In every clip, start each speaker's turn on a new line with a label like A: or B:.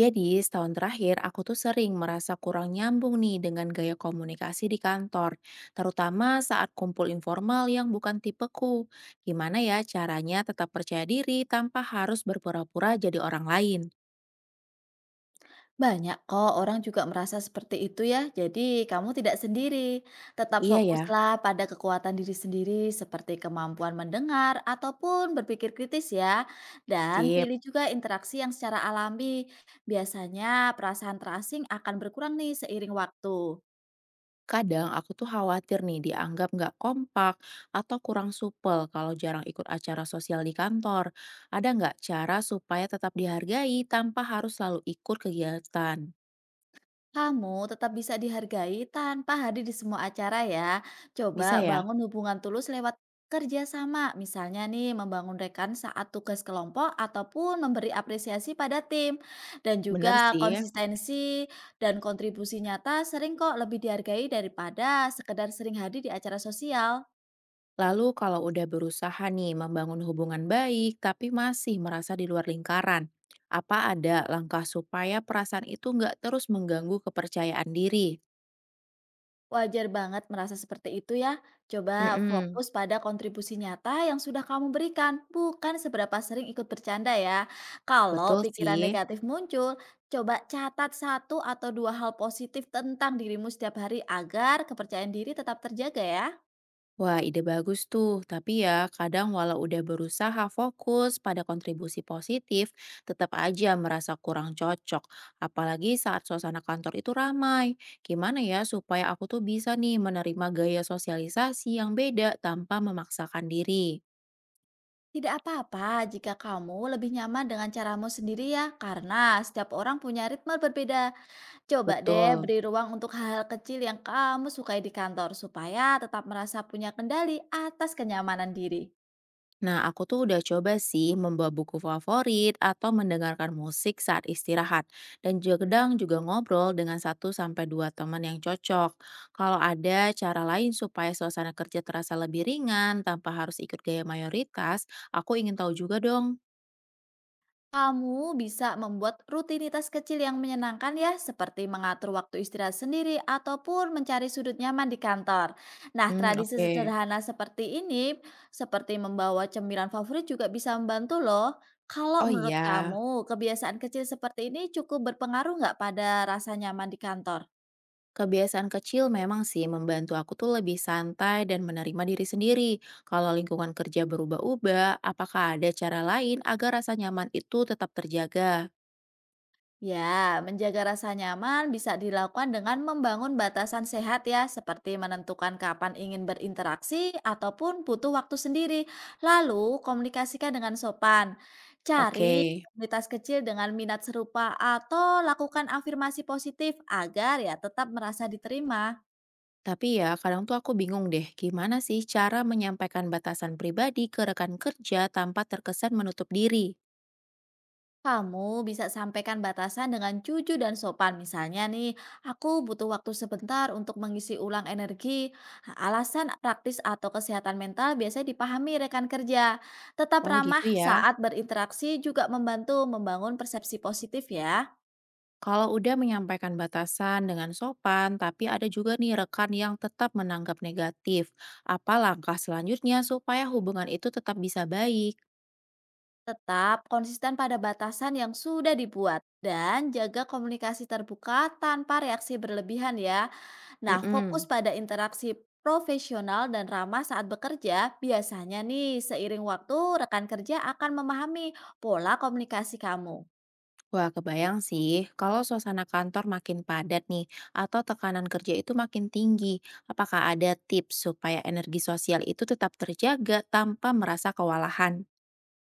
A: Jadi, setahun terakhir aku tuh sering merasa kurang nyambung nih dengan gaya komunikasi di kantor, terutama saat kumpul informal yang bukan tipeku. Gimana ya caranya tetap percaya diri tanpa harus berpura-pura jadi orang lain?
B: Banyak kok orang juga merasa seperti itu ya, jadi kamu tidak sendiri. Tetap
A: Iya ya,
B: fokuslah pada kekuatan diri sendiri seperti kemampuan mendengar ataupun berpikir kritis ya. Dan
A: sip.
B: pilih juga interaksi yang secara alami. Biasanya perasaan terasing akan berkurang nih seiring waktu.
A: Kadang aku tuh khawatir nih dianggap nggak kompak atau kurang supel kalau jarang ikut acara sosial di kantor. Ada nggak cara supaya tetap dihargai tanpa harus selalu ikut kegiatan?
B: Kamu tetap bisa dihargai tanpa hadir di semua acara ya.
A: Bisa
B: Coba
A: ya?
B: bangun hubungan tulus lewat kerjasama. Misalnya nih membangun rekan saat tugas kelompok ataupun memberi apresiasi pada tim. Dan
A: Bener
B: juga
A: sih.
B: konsistensi dan kontribusi nyata sering kok lebih dihargai daripada sekedar sering hadir di acara sosial.
A: Lalu kalau udah berusaha nih membangun hubungan baik tapi masih merasa di luar lingkaran, apa ada langkah supaya perasaan itu nggak terus mengganggu kepercayaan diri?
B: Wajar banget merasa seperti itu ya. Coba
A: Mm-mm.
B: fokus pada kontribusi nyata yang sudah kamu berikan, bukan seberapa sering ikut bercanda ya. Kalau
A: Betul
B: pikiran
A: sih.
B: negatif muncul, coba catat satu atau dua hal positif tentang dirimu setiap hari agar kepercayaan diri tetap terjaga ya.
A: Wah, ide bagus tuh. Tapi ya, kadang walau udah berusaha fokus pada kontribusi positif, tetap aja merasa kurang cocok. Apalagi saat suasana kantor itu ramai. Gimana ya supaya aku tuh bisa nih menerima gaya sosialisasi yang beda tanpa memaksakan diri?
B: Tidak apa-apa jika kamu lebih nyaman dengan caramu sendiri ya, karena setiap orang punya ritme berbeda. Coba deh
A: Betul.
B: beri ruang untuk hal-hal kecil yang kamu sukai di kantor supaya tetap merasa punya kendali atas kenyamanan diri.
A: Nah, aku tuh udah coba sih membawa buku favorit atau mendengarkan musik saat istirahat. Dan juga kadang juga ngobrol dengan 1 sampai 2 teman yang cocok. Kalau ada cara lain supaya suasana kerja terasa lebih ringan tanpa harus ikut gaya mayoritas, aku ingin tahu juga dong.
B: Kamu bisa membuat rutinitas kecil yang menyenangkan ya, seperti mengatur waktu istirahat sendiri ataupun mencari sudut nyaman di kantor. Nah,
A: Hmm,
B: tradisi
A: oke.
B: sederhana seperti ini, seperti membawa cemilan favorit juga bisa membantu loh. Kalau
A: Oh
B: menurut
A: iya.
B: kamu, kebiasaan kecil seperti ini cukup berpengaruh nggak pada rasa nyaman di kantor?
A: Kebiasaan kecil memang sih membantu aku tuh lebih santai dan menerima diri sendiri. Kalau lingkungan kerja berubah-ubah, apakah ada cara lain agar rasa nyaman itu tetap terjaga?
B: Ya, menjaga rasa nyaman bisa dilakukan dengan membangun batasan sehat ya, seperti menentukan kapan ingin berinteraksi ataupun butuh waktu sendiri. Lalu, komunikasikan dengan sopan.
A: Oke.
B: Cari komunitas kecil dengan minat serupa atau lakukan afirmasi positif agar ya tetap merasa diterima.
A: Tapi ya, kadang tuh aku bingung deh, gimana sih cara menyampaikan batasan pribadi ke rekan kerja tanpa terkesan menutup diri?
B: Kamu bisa sampaikan batasan dengan jujur dan sopan. Misalnya nih, aku butuh waktu sebentar untuk mengisi ulang energi. Alasan praktis atau kesehatan mental biasanya dipahami rekan kerja. Tetap
A: Oh
B: ramah
A: gitu ya.
B: saat berinteraksi juga membantu membangun persepsi positif ya.
A: Kalau udah menyampaikan batasan dengan sopan, tapi ada juga nih rekan yang tetap menanggap negatif. Apa langkah selanjutnya supaya hubungan itu tetap bisa baik?
B: Tetap konsisten pada batasan yang sudah dibuat dan jaga komunikasi terbuka tanpa reaksi berlebihan ya. Nah, fokus
A: Mm-mm.
B: pada interaksi profesional dan ramah saat bekerja, biasanya nih seiring waktu rekan kerja akan memahami pola komunikasi kamu.
A: Wah, kebayang sih kalau suasana kantor makin padat nih atau tekanan kerja itu makin tinggi. Apakah ada tips supaya energi sosial itu tetap terjaga tanpa merasa kewalahan?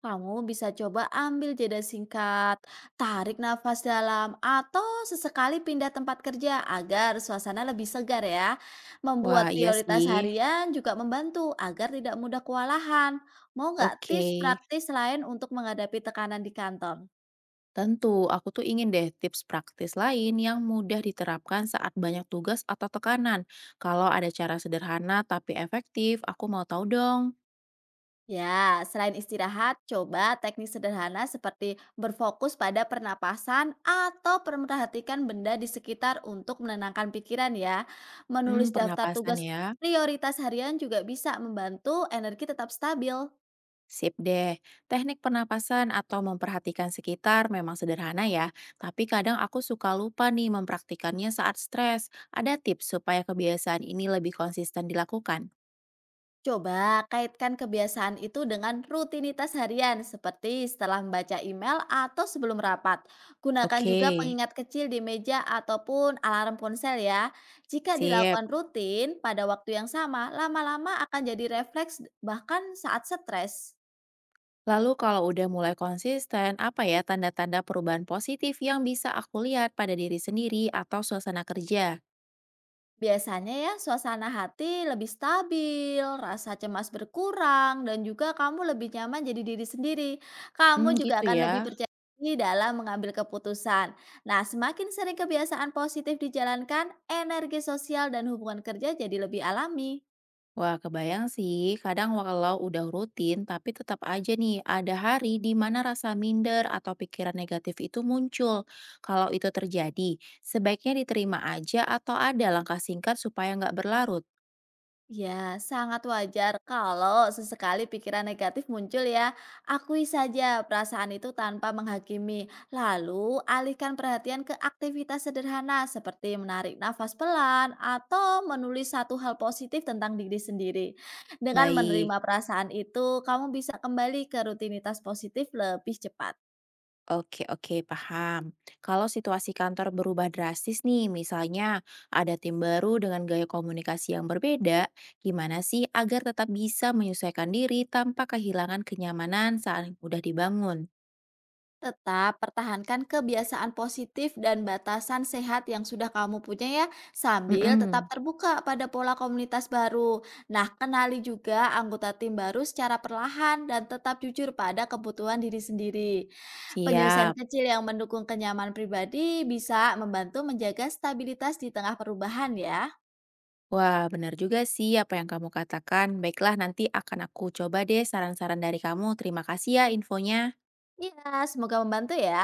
B: Kamu bisa coba ambil jeda singkat, tarik nafas dalam, atau sesekali pindah tempat kerja agar suasana lebih segar ya. Membuat
A: Wah, iya
B: prioritas
A: sih.
B: harian juga membantu agar tidak mudah kewalahan. Mau nggak
A: Oke.
B: tips praktis lain untuk menghadapi tekanan di kantor?
A: Tentu, aku tuh ingin deh tips praktis lain yang mudah diterapkan saat banyak tugas atau tekanan. Kalau ada cara sederhana tapi efektif, aku mau tahu dong.
B: Ya, selain istirahat, coba teknik sederhana seperti berfokus pada pernapasan atau memperhatikan benda di sekitar untuk menenangkan pikiran ya.
A: Hmm,
B: Menulis daftar
A: pernapasan
B: tugas
A: ya.
B: prioritas harian juga bisa membantu energi tetap stabil.
A: Sip deh. Teknik pernapasan atau memperhatikan sekitar memang sederhana ya, tapi kadang aku suka lupa nih mempraktikannya saat stres. Ada tips supaya kebiasaan ini lebih konsisten dilakukan?
B: Coba kaitkan kebiasaan itu dengan rutinitas harian, seperti setelah membaca email atau sebelum rapat. Gunakan
A: Oke,
B: juga pengingat kecil di meja ataupun alarm ponsel ya. Jika
A: sip.
B: dilakukan rutin pada waktu yang sama, lama-lama akan jadi refleks bahkan saat stres.
A: Lalu kalau udah mulai konsisten, apa ya tanda-tanda perubahan positif yang bisa aku lihat pada diri sendiri atau suasana kerja?
B: Biasanya ya, suasana hati lebih stabil, rasa cemas berkurang, dan juga kamu lebih nyaman jadi diri sendiri. Kamu
A: Hmm,
B: juga
A: gitu
B: akan lebih
A: ya.
B: percaya diri dalam mengambil keputusan. Nah, semakin sering kebiasaan positif dijalankan, energi sosial dan hubungan kerja jadi lebih alami.
A: Wah, kebayang sih, kadang walau udah rutin, tapi tetap aja nih ada hari di mana rasa minder atau pikiran negatif itu muncul. Kalau itu terjadi, sebaiknya diterima aja atau ada langkah singkat supaya nggak berlarut.
B: Ya, sangat wajar kalau sesekali pikiran negatif muncul ya. Akui saja perasaan itu tanpa menghakimi. Lalu, alihkan perhatian ke aktivitas sederhana seperti menarik nafas pelan atau menulis satu hal positif tentang diri sendiri. Dengan
A: Baik.
B: menerima perasaan itu, kamu bisa kembali ke rutinitas positif lebih cepat.
A: Oke oke, paham. Kalau situasi kantor berubah drastis nih, misalnya ada tim baru dengan gaya komunikasi yang berbeda, gimana sih agar tetap bisa menyesuaikan diri tanpa kehilangan kenyamanan saat yang udah dibangun?
B: Tetap pertahankan kebiasaan positif dan batasan sehat yang sudah kamu punya ya, sambil tetap
A: Mm-mm.
B: terbuka pada pola komunitas baru. Nah, kenali juga anggota tim baru secara perlahan dan tetap jujur pada kebutuhan diri sendiri. Penyelesaian
A: Siap.
B: kecil yang mendukung kenyamanan pribadi bisa membantu menjaga stabilitas di tengah perubahan ya.
A: Wah, benar juga sih apa yang kamu katakan. Baiklah, nanti akan aku coba deh saran-saran dari kamu. Terima kasih ya infonya.
B: Iya, semoga membantu ya.